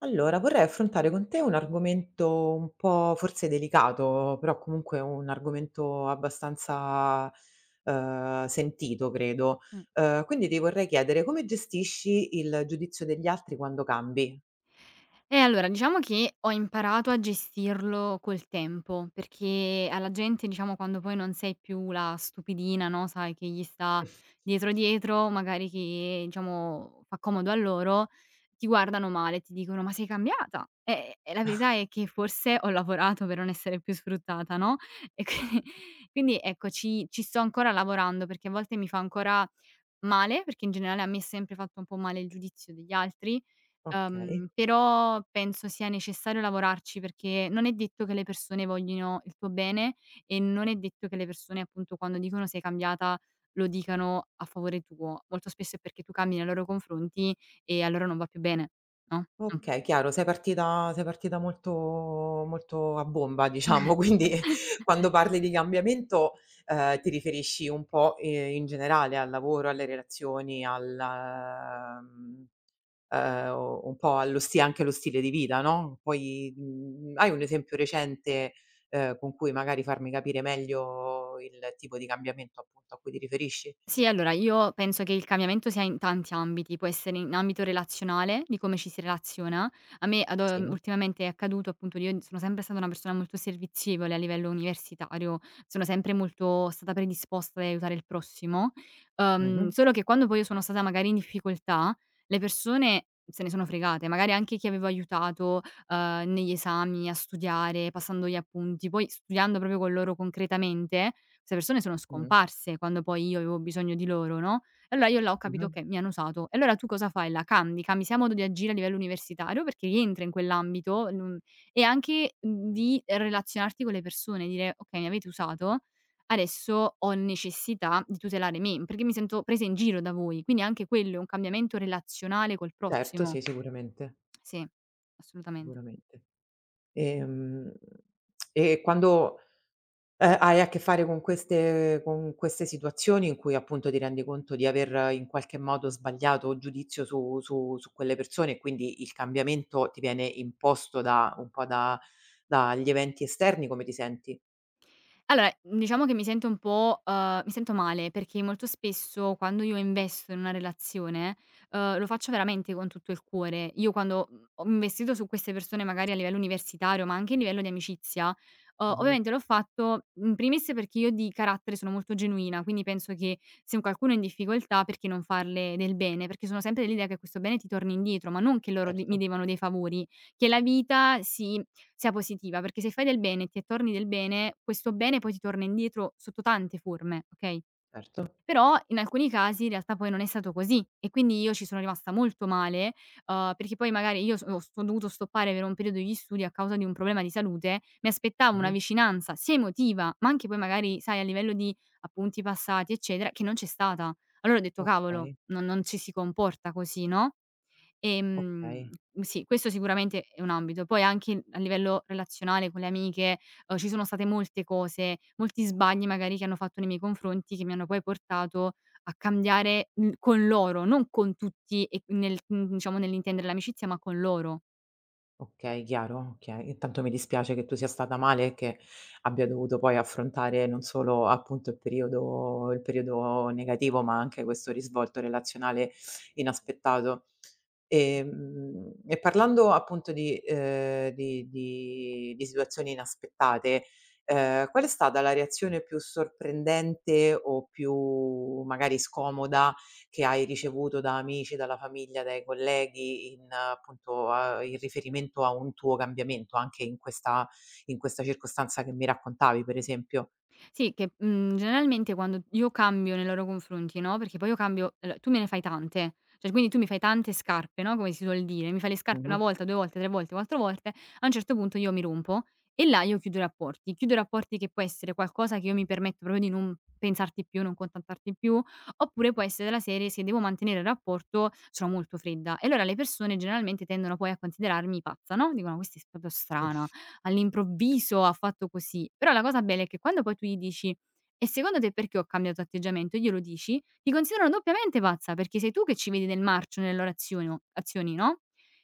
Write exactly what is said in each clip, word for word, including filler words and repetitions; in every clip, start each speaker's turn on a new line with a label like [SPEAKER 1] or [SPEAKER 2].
[SPEAKER 1] Allora, vorrei affrontare con te un argomento un po' forse delicato, però comunque un argomento abbastanza, ehm, sentito credo.
[SPEAKER 2] Mh.
[SPEAKER 1] Ehm, quindi ti vorrei chiedere come gestisci il giudizio degli altri quando cambi?
[SPEAKER 2] Eh, allora diciamo che ho imparato a gestirlo col tempo, perché alla gente diciamo quando poi non sei più la stupidina, no, sai, che gli sta dietro, dietro, magari che diciamo fa comodo a loro, ti guardano male, ti dicono: "Ma sei cambiata". Eh, e la verità è che forse ho lavorato per non essere più sfruttata, no, e quindi quindi ecco ci ci sto ancora lavorando, perché a volte mi fa ancora male, perché in generale a me è sempre fatto un po' male il giudizio degli altri.
[SPEAKER 1] Okay,
[SPEAKER 2] Uhm, però penso sia necessario lavorarci perché non è detto che le persone voglino il tuo bene e non è detto che le persone, appunto, quando dicono sei cambiata lo dicano a favore tuo. Molto spesso è perché tu cambi nei loro confronti e a loro non va più bene, no, mh.
[SPEAKER 1] okay, chiaro, sei partita sei partita molto molto a bomba diciamo, quindi quando parli di cambiamento, ehm, ti riferisci un po', ehm, in generale al lavoro, alle relazioni, al mhmm ehm, o un po' allo sti anche allo stile di vita, no, poi, mhmm, hai un esempio recente, ehm, con cui magari farmi capire meglio il tipo di cambiamento appunto a cui ti riferisci?
[SPEAKER 2] Sì, allora io penso che il cambiamento sia in tanti ambiti, può essere in ambito relazionale, di come ci si relaziona. A me ad o mhmm,
[SPEAKER 1] Sì.
[SPEAKER 2] Ultimamente è accaduto appunto io sono sempre stata una persona molto servizievole a livello universitario, sono sempre molto stata predisposta ad aiutare il prossimo, uhm,
[SPEAKER 1] Mh-mh.
[SPEAKER 2] solo che quando poi io sono stata magari in difficoltà, le persone se ne sono fregate, magari anche chi avevo aiutato, uhm, negli esami, a studiare, passando gli appunti, poi studiando proprio con loro concretamente. Ste persone sono
[SPEAKER 1] Mh.
[SPEAKER 2] scomparse quando poi io avevo bisogno di loro, no, e allora io là ho capito
[SPEAKER 1] Mh-mh.
[SPEAKER 2] che mi hanno usato. E allora tu cosa fai là? Cambi, cambi sia modo di agire a livello universitario perché rientri in quell'ambito, non e anche mhmm, di relazionarti con le persone, dire: "Okay, mi avete usato, adesso ho necessità di tutelare me, perché mi sento presa in giro da voi". Quindi anche quello è un cambiamento relazionale col
[SPEAKER 1] Certo,
[SPEAKER 2] prossimo.
[SPEAKER 1] sì, sicuramente,
[SPEAKER 2] Sì, assolutamente.
[SPEAKER 1] sicuramente. Ehm, e quando Ehm, hai a che fare con queste con queste situazioni in cui appunto ti rendi conto di aver in qualche modo sbagliato giudizio su su su quelle persone e quindi il cambiamento ti viene imposto da un po' da dagli eventi esterni, come ti senti?
[SPEAKER 2] Allora, diciamo che mi sento un po', uhm, mi sento male perché molto spesso quando io investo in una relazione, uhm, lo faccio veramente con tutto il cuore. Io quando, mhmm, ho investito su queste persone magari a livello universitario, ma anche a livello di amicizia, uhm,
[SPEAKER 1] Mh-mh.
[SPEAKER 2] ovviamente l'ho fatto in primis perché io di carattere sono molto genuina, quindi penso che se un qualcuno è in difficoltà perché non farle del bene, perché sono sempre dell'idea che questo bene ti torni indietro, ma non che loro d mi
[SPEAKER 1] Certo,
[SPEAKER 2] devono dei favori, che la vita si sia positiva, perché se fai del bene e ti attorni del bene, questo bene poi ti torna indietro sotto tante forme, okay,
[SPEAKER 1] certo.
[SPEAKER 2] però in alcuni casi in realtà poi non è stato così e quindi io ci sono rimasta molto male, uhm, perché poi magari io so ho s ho dovuto stoppare per un periodo gli studi a causa di un problema di salute, mi aspettavo una
[SPEAKER 1] Mh-mh.
[SPEAKER 2] vicinanza sia emotiva, ma anche poi magari sai a livello di appunti passati eccetera, che non c'è stata. Allora ho detto: "Cavolo,
[SPEAKER 1] Okay,
[SPEAKER 2] non non ci si comporta così", no? Ehm,
[SPEAKER 1] okay.
[SPEAKER 2] sì, questo sicuramente è un ambito. Poi anche a livello relazionale con le amiche, uhm, ci sono state molte cose, molti sbagli magari che hanno fatto nei miei confronti, che mi hanno poi portato a cambiare, mhmm, con loro, non con tutti e nel mhmm, diciamo nell'intendere l'amicizia, ma con loro.
[SPEAKER 1] Okay, chiaro, okay. Intanto mi dispiace che tu sia stata male e che abbia dovuto poi affrontare non solo appunto il periodo il periodo negativo, ma anche questo risvolto relazionale inaspettato. Ehm, e parlando appunto di ehm, di di di situazioni inaspettate, ehm, qual è stata la reazione più sorprendente o più magari scomoda, che hai ricevuto da amici, dalla famiglia, dai colleghi in appunto a in riferimento a un tuo cambiamento, anche in questa in questa circostanza che mi raccontavi per esempio.
[SPEAKER 2] Sì, che, mhmm, generalmente quando io cambio nei loro confronti, no, perché poi io cambio allora tu me ne fai tante, cioè quindi tu mi fai tante scarpe, no, come si suol dire, mi fai le scarpe
[SPEAKER 1] Mh-mh.
[SPEAKER 2] una volta, due volte, tre volte, quattro volte, a un certo punto io mi rompo e là io chiudo i rapporti. Chiudo i rapporti che può essere qualcosa che io mi permetto proprio di non pensarti più, non contattarti più, oppure può essere della serie: se devo mantenere il rapporto sono molto fredda. E allora le persone generalmente tendono poi a considerarmi pazza, no, dicono: "Questa è proprio
[SPEAKER 1] Mh,
[SPEAKER 2] strana." All'improvviso ha fatto così. Però la cosa bella è che quando poi tu gli dici: "E secondo te perché ho cambiato atteggiamento?" E glielo dici, ti considerano doppiamente pazza, perché sei tu che ci vedi nel marcio nelle loro azionio azioni, no,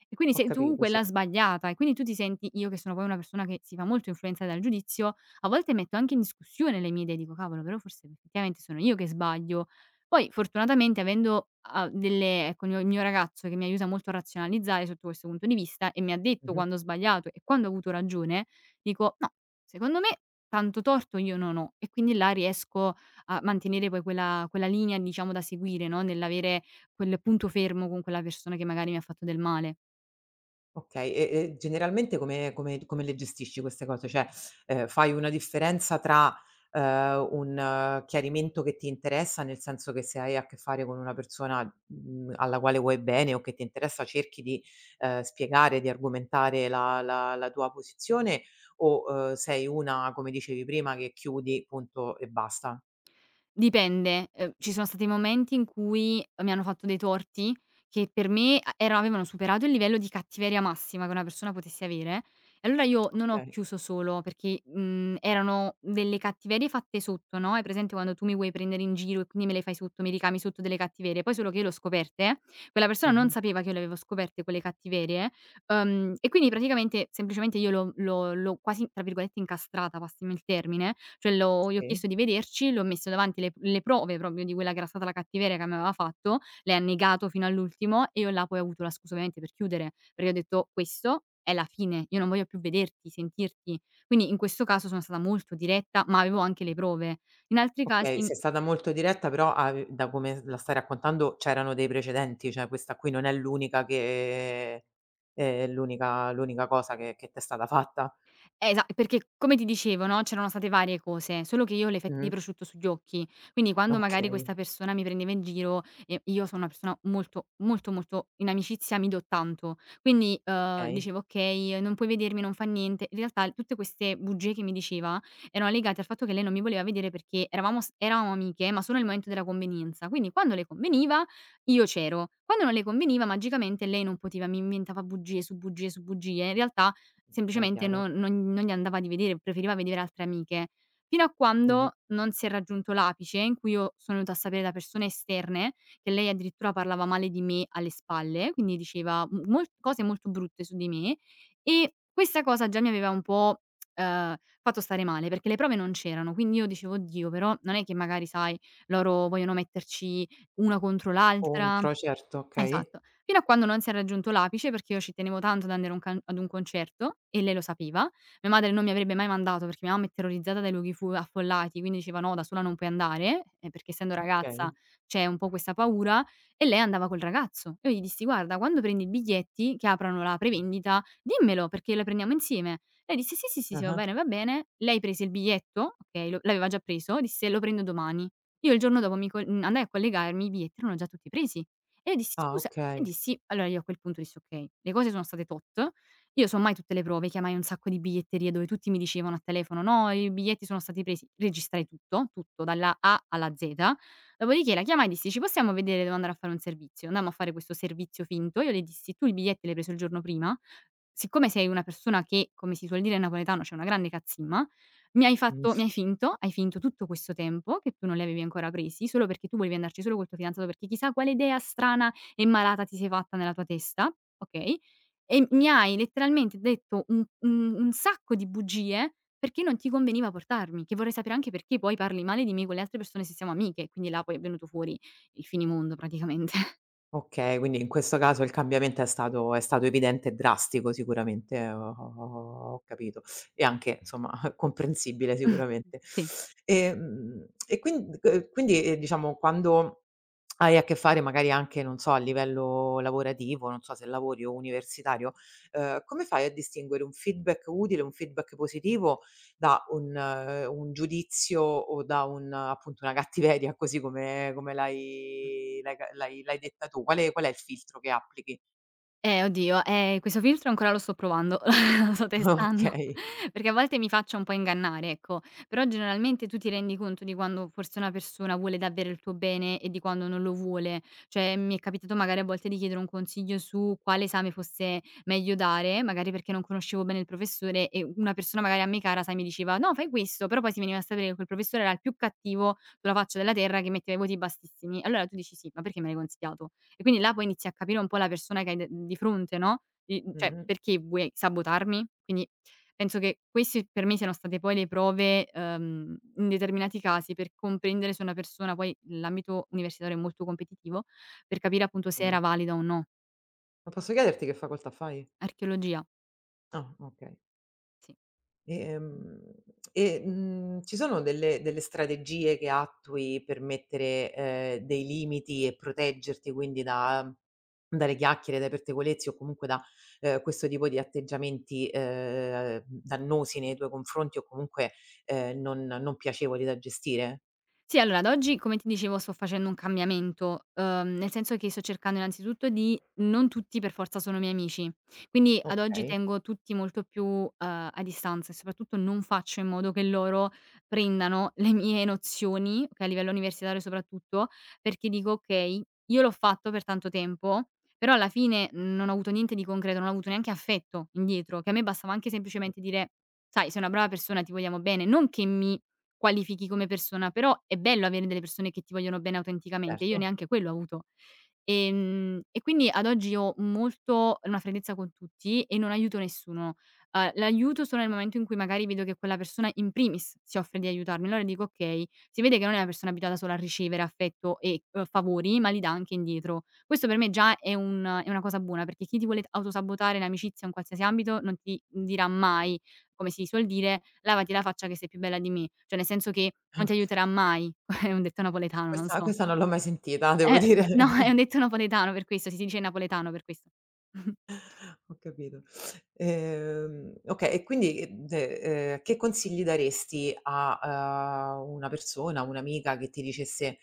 [SPEAKER 2] e quindi
[SPEAKER 1] ho
[SPEAKER 2] sei tu
[SPEAKER 1] capito, sì.
[SPEAKER 2] quella sbagliata e quindi tu ti senti io che sono poi una persona che si fa molto influenzare dal giudizio, a volte metto anche in discussione le mie idee, dico: "Cavolo, però forse effettivamente sono io che sbaglio." Poi fortunatamente avendo, uhm, delle ecco, il mio il mio ragazzo che mi aiuta molto a razionalizzare sotto questo punto di vista e mi ha detto
[SPEAKER 1] Mh-mh.
[SPEAKER 2] quando ho sbagliato e quando ho avuto ragione, dico: "No, secondo me tanto torto io non ho." E quindi là riesco a mantenere poi quella quella linea diciamo da seguire, no, nell'avere quel punto fermo con quella persona che magari mi ha fatto del male.
[SPEAKER 1] Okay, e e generalmente come come come le gestisci queste cose? Cioè, ehm, fai una differenza tra, ehm, un eh, chiarimento che ti interessa, nel senso che se hai a che fare con una persona, mhmm, alla quale vuoi bene o che ti interessa cerchi di, ehm, spiegare, di argomentare la la la tua posizione o, ehm, sei una, come dicevi prima, che chiudi punto e basta?
[SPEAKER 2] Dipende, ehm, ci sono stati momenti in cui ehm, mi hanno fatto dei torti che per me a era avevano superato il livello di cattiveria massima che una persona potesse avere e allora io non ho
[SPEAKER 1] Okay.
[SPEAKER 2] chiuso solo perché, mhmm, erano delle cattiverie fatte sotto, no, hai presente quando tu mi vuoi prendere in giro e quindi me le fai sotto, mi ricami sotto delle cattiverie, poi solo che io le ho scoperte, quella persona non
[SPEAKER 1] Mh-mh.
[SPEAKER 2] sapeva che io le avevo scoperte quelle cattiverie, uhm, e quindi praticamente semplicemente io l'ho l'ho l'ho quasi tra virgolette "incastrata", passami il termine, cioè l'ho gli ho
[SPEAKER 1] Sì.
[SPEAKER 2] chiesto di vederci, le ho messo davanti le le prove proprio di quella che era stata la cattiveria che mi aveva fatto, lei ha negato fino all'ultimo e io là poi ho avuto la scusa ovviamente per chiudere, perché ho detto: "Questo è la fine, io non voglio più vederti, sentirti". Quindi in questo caso sono stata molto diretta, ma avevo anche le prove. In altri
[SPEAKER 1] Okay,
[SPEAKER 2] casi
[SPEAKER 1] sei stata molto diretta, però ave da come la stai raccontando c'erano dei precedenti, cioè questa qui non è l'unica che è l'unica l'unica cosa che che t'è stata fatta.
[SPEAKER 2] Eh, Esa perché come ti dicevo, no, c'erano state varie cose, solo che io ho le fette di
[SPEAKER 1] Mh.
[SPEAKER 2] prosciutto sugli occhi, quindi quando magari
[SPEAKER 1] Okay,
[SPEAKER 2] questa persona mi prendeva in giro, ehm, io sono una persona molto, molto, molto in amicizia mi do tanto. Quindi, uhm,
[SPEAKER 1] okay,
[SPEAKER 2] dicevo: "Okay, non puoi vedermi, non fa niente." In realtà tutte queste bugie che mi diceva erano legate al fatto che lei non mi voleva vedere perché eravamo s eravamo amiche, ma solo nel momento della convenienza. Quindi quando le conveniva io c'ero, quando non le conveniva magicamente lei non poteva, mi inventava bugie su bugie su bugie. In realtà
[SPEAKER 1] okay,
[SPEAKER 2] semplicemente
[SPEAKER 1] chiaro.
[SPEAKER 2] non non non gli andava di vedere, preferiva vedere altre amiche. Fino a
[SPEAKER 1] Mh-mh.
[SPEAKER 2] quando non si è raggiunto l'apice in cui io sono venuta a sapere da persone esterne che lei addirittura parlava male di me alle spalle, quindi diceva m mol cose molto brutte su di me e questa cosa già mi aveva un po', ehm, fatto stare male perché le prove non c'erano. Quindi io dicevo: "Oddio, però non è che magari sai loro vogliono metterci una contro l'altra".
[SPEAKER 1] Contro, certo, okay.
[SPEAKER 2] Esatto. Fino a quando non si è raggiunto l'apice, perché io ci tenevo tanto ad andare a un can ad un concerto e lei lo sapeva. Mia madre non mi avrebbe mai mandato perché mia mamma è terrorizzata dai luoghi fu affollati, quindi diceva: "No, da sola non puoi andare", ehm, perché essendo ragazza
[SPEAKER 1] Okay.
[SPEAKER 2] c'è un po' questa paura e lei andava col ragazzo. Io gli dissi: "Guarda, quando prendi i biglietti, che aprano la prevendita, dimmelo perché la prendiamo insieme". Lei disse: "Sì, sì, sì, sì, va
[SPEAKER 1] Ah-ah.
[SPEAKER 2] bene, va bene". Lei prese il biglietto, okay, lo l'aveva già preso, disse: "Lo prendo domani". Io il giorno dopo mi co mhmm, andai a collegarmi, i biglietti erano già tutti presi. E io dissi:
[SPEAKER 1] Ah,
[SPEAKER 2] "Scusa" e
[SPEAKER 1] okay.
[SPEAKER 2] dissi allora io a quel punto dissi: "Okay, le cose sono state tot, io sommai tutte le prove", chiamai un sacco di biglietterie dove tutti mi dicevano a telefono: "No, i biglietti sono stati presi", registrai tutto, tutto dalla A alla Z. Dopodiché la chiamai e dissi: "Ci possiamo vedere, devo andare a fare un servizio". Andammo a fare questo servizio finto. Io le dissi: "Tu i biglietti li hai preso il giorno prima? Siccome sei una persona che, come si suol dire in napoletano, c'ha una grande cazzimma". Mi hai fatto
[SPEAKER 1] Mh.
[SPEAKER 2] mi hai finto, hai finto tutto questo tempo che tu non li avevi ancora presi, solo perché tu volevi andarci solo col tuo fidanzato, perché chissà quale idea strana e malata ti sei fatta nella tua testa, okay, e mi hai letteralmente detto un un un sacco di bugie perché non ti conveniva portarmi, che vorrei sapere anche perché poi parli male di me con le altre persone se siamo amiche, quindi là poi è venuto fuori il finimondo praticamente.
[SPEAKER 1] Okay, quindi in questo caso il cambiamento è stato è stato evidente e drastico sicuramente, eh, ho ho ho ho capito. E anche insomma comprensibile
[SPEAKER 2] Mh,
[SPEAKER 1] sicuramente.
[SPEAKER 2] sì.
[SPEAKER 1] Ehm, e quin ehm, quindi, ehm, diciamo quando hai a che fare magari anche, non so, a livello lavorativo, non so se lavori o universitario, uhm, come fai a distinguere un feedback utile, un feedback positivo da un eh, un giudizio o da un eh, appunto, una cattiveria così come come l'hai l'hai ca l'hai l'hai detta tu? Qual è qual è il filtro che applichi?
[SPEAKER 2] Eh oddio, ehm, questo filtro ancora lo sto provando, lo sto testando,
[SPEAKER 1] Okay.
[SPEAKER 2] perché a volte mi faccio un po' ingannare, ecco. Però generalmente tu ti rendi conto di quando forse una persona vuole davvero il tuo bene e di quando non lo vuole. Cioè, mi è capitato magari a volte di chiedere un consiglio su quale esame fosse meglio dare, magari perché non conoscevo bene il professore e una persona magari a me cara, sai, mi diceva: "No, fai questo", però poi si veniva a sapere che quel professore era il più cattivo sulla faccia della terra che metteva i voti bassissimi. Allora tu dici: "Sì, ma perché me l'hai consigliato?" E quindi là poi inizi a capire un po' la persona che hai d di fronte, no, di mhmm, cioè
[SPEAKER 1] Mh-mh.
[SPEAKER 2] perché vuoi sabotarmi? Quindi penso che questi per me siano state poi le prove, ehm, in determinati casi per comprendere se una persona poi l'ambito universitario è molto competitivo, per capire appunto se
[SPEAKER 1] Mh.
[SPEAKER 2] era valida o no.
[SPEAKER 1] Ma posso chiederti che facoltà fai?
[SPEAKER 2] Archeologia,
[SPEAKER 1] Ah, okay.
[SPEAKER 2] sì.
[SPEAKER 1] Ehm, e, mhmm, ci sono delle delle strategie che attui per mettere, ehm, dei limiti e proteggerti quindi da dalle chiacchiere, dai pettegolezzi o comunque da, ehm, questo tipo di atteggiamenti, ehm, dannosi nei tuoi confronti o comunque, ehm, non non piacevoli da gestire?
[SPEAKER 2] Sì, allora ad oggi, come ti dicevo, sto facendo un cambiamento, uhm, nel senso che sto cercando innanzitutto di non tutti per forza sono miei amici. Quindi ad oggi
[SPEAKER 1] Okay,
[SPEAKER 2] tengo tutti molto più, uhm, a distanza e soprattutto non faccio in modo che loro prendano le mie nozioni, okay, a livello universitario soprattutto, perché dico: "Okay, io l'ho fatto per tanto tempo, però alla fine non ho avuto niente di concreto, non ho avuto neanche affetto indietro", che a me bastava anche semplicemente dire: "Sai, sei una brava persona, ti vogliamo bene", non che mi qualifichi come persona, però è bello avere delle persone che ti vogliono bene autenticamente, io
[SPEAKER 1] certo.
[SPEAKER 2] neanche quello ho avuto. Ehm, e quindi ad oggi ho molto una freddezza con tutti e non aiuto nessuno. Uhm, l'aiuto solo nel momento in cui magari vedo che quella persona in primis si offre di aiutarmi, allora dico: "Okay", si vede che non è una persona abituata solo a ricevere affetto e, uhm, favori, ma li dà anche indietro. Questo per me già è un è una cosa buona, perché chi ti vuole autosabotare in amicizia o in qualsiasi ambito non ti dirà mai, come si suol dire: "Lavati la faccia che sei più bella di me", cioè nel senso che non ti
[SPEAKER 1] Oka
[SPEAKER 2] aiuterà mai. È un detto napoletano, non
[SPEAKER 1] questa
[SPEAKER 2] so.
[SPEAKER 1] questa non l'ho mai sentita, devo
[SPEAKER 2] Eh,
[SPEAKER 1] dire.
[SPEAKER 2] no, è un detto napoletano per questo, sì, si dice in napoletano per questo.
[SPEAKER 1] Ho capito. Ehm, okay, e quindi, ehm, de ehm, che consigli daresti a, uhm, una persona, un'amica che ti dicesse,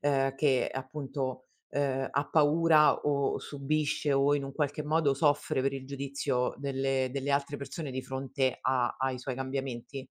[SPEAKER 1] ehm, che appunto, ehm, ha paura o subisce o in un qualche modo soffre per il giudizio delle delle altre persone di fronte a ai suoi cambiamenti?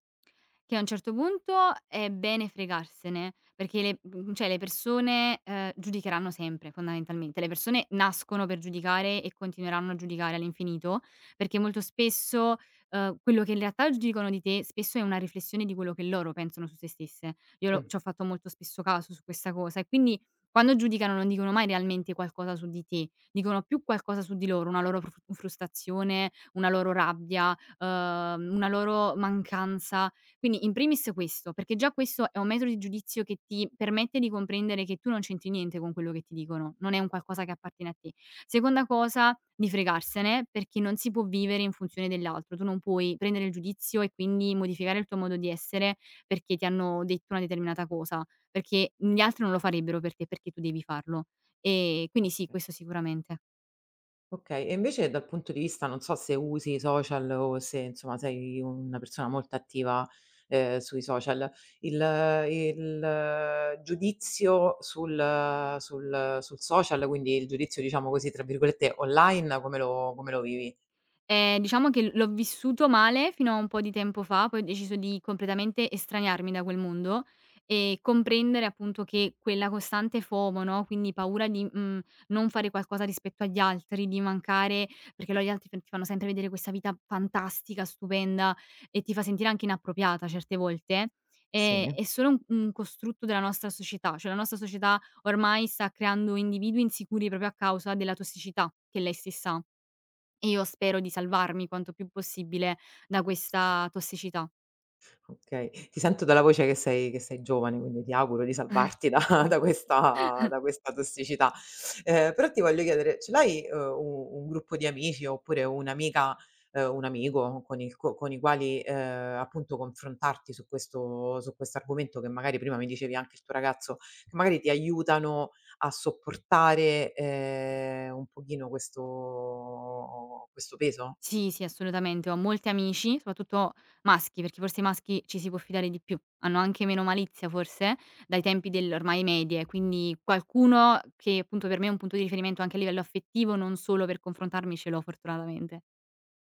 [SPEAKER 2] Che a un certo punto è bene fregarsene, perché le mhmm, cioè le persone, ehm, giudicheranno sempre fondamentalmente. Le persone nascono per giudicare e continueranno a giudicare all'infinito, perché molto spesso, ehm, quello che in realtà giudicano di te, spesso è una riflessione di quello che loro pensano su se stesse. Io lo
[SPEAKER 1] Mh,
[SPEAKER 2] ci ho fatto molto spesso caso su questa cosa e quindi quando giudicano non dicono mai realmente qualcosa su di te, dicono più qualcosa su di loro, una loro fru frustrazione, una loro rabbia, ehm, una loro mancanza quindi in primis questo, perché già questo è un metro di giudizio che ti permette di comprendere che tu non c'entri niente con quello che ti dicono, non è un qualcosa che appartiene a te. Seconda cosa, di fregarsene, perché non si può vivere in funzione dell'altro, tu non puoi prendere il giudizio e quindi modificare il tuo modo di essere perché ti hanno detto una determinata cosa, perché gli altri non lo farebbero per te, perché tu devi farlo. E quindi sì,
[SPEAKER 1] okay.
[SPEAKER 2] questo sicuramente.
[SPEAKER 1] Okay, e invece dal punto di vista non so se usi i social o se insomma sei una persona molto attiva, ehm, sui social, il il eh, giudizio sul sul sul social, quindi il giudizio diciamo così tra virgolette "online", come lo come lo vivi?
[SPEAKER 2] Ehm, diciamo che l'ho vissuto male fino a un po' di tempo fa, poi ho deciso di completamente estraniarmi da quel mondo e comprendere appunto che quella costante FOMO, no, quindi paura di, mhmm, non fare qualcosa rispetto agli altri, di mancare perché lo gli altri f ti fanno sempre vedere questa vita fantastica, stupenda e ti fa sentire anche inappropriata certe volte, ehm,
[SPEAKER 1] Sì.
[SPEAKER 2] è solo un un costrutto della nostra società, cioè la nostra società ormai sta creando individui insicuri proprio a causa della tossicità che lei stessa ha. E io spero di salvarmi quanto più possibile da questa tossicità.
[SPEAKER 1] Okay, ti sento dalla voce che sei che sei giovane, quindi ti auguro di salvarti da da questa da questa tossicità. Ehm, però ti voglio chiedere, ce l'hai, uhm, u un gruppo di amici oppure un'amica, ehm, un amico con il co con i quali, ehm, appunto confrontarti su questo su questo argomento che magari prima mi dicevi anche il tuo ragazzo, che magari ti aiutano a sopportare, ehm, un pochino questo questo peso?
[SPEAKER 2] Sì, sì, assolutamente. Ho molti amici, soprattutto maschi, perché forse i maschi ci si può fidare di più. Hanno anche meno malizia forse dai tempi delle ormai medie, quindi qualcuno che appunto per me è un punto di riferimento anche a livello affettivo, non solo per confrontarmi, ce l'ho fortunatamente.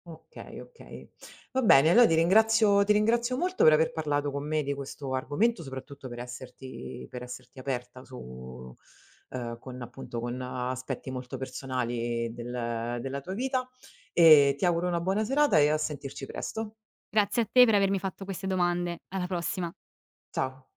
[SPEAKER 1] Okay, okay. Va bene, allora ti ringrazio ti ringrazio molto per aver parlato con me di questo argomento, soprattutto per esserti per esserti aperta su ehm, con appunto con aspetti molto personali del della tua vita e ti auguro una buona serata e a sentirci presto.
[SPEAKER 2] Grazie a te per avermi fatto queste domande. Alla prossima.
[SPEAKER 1] Ciao.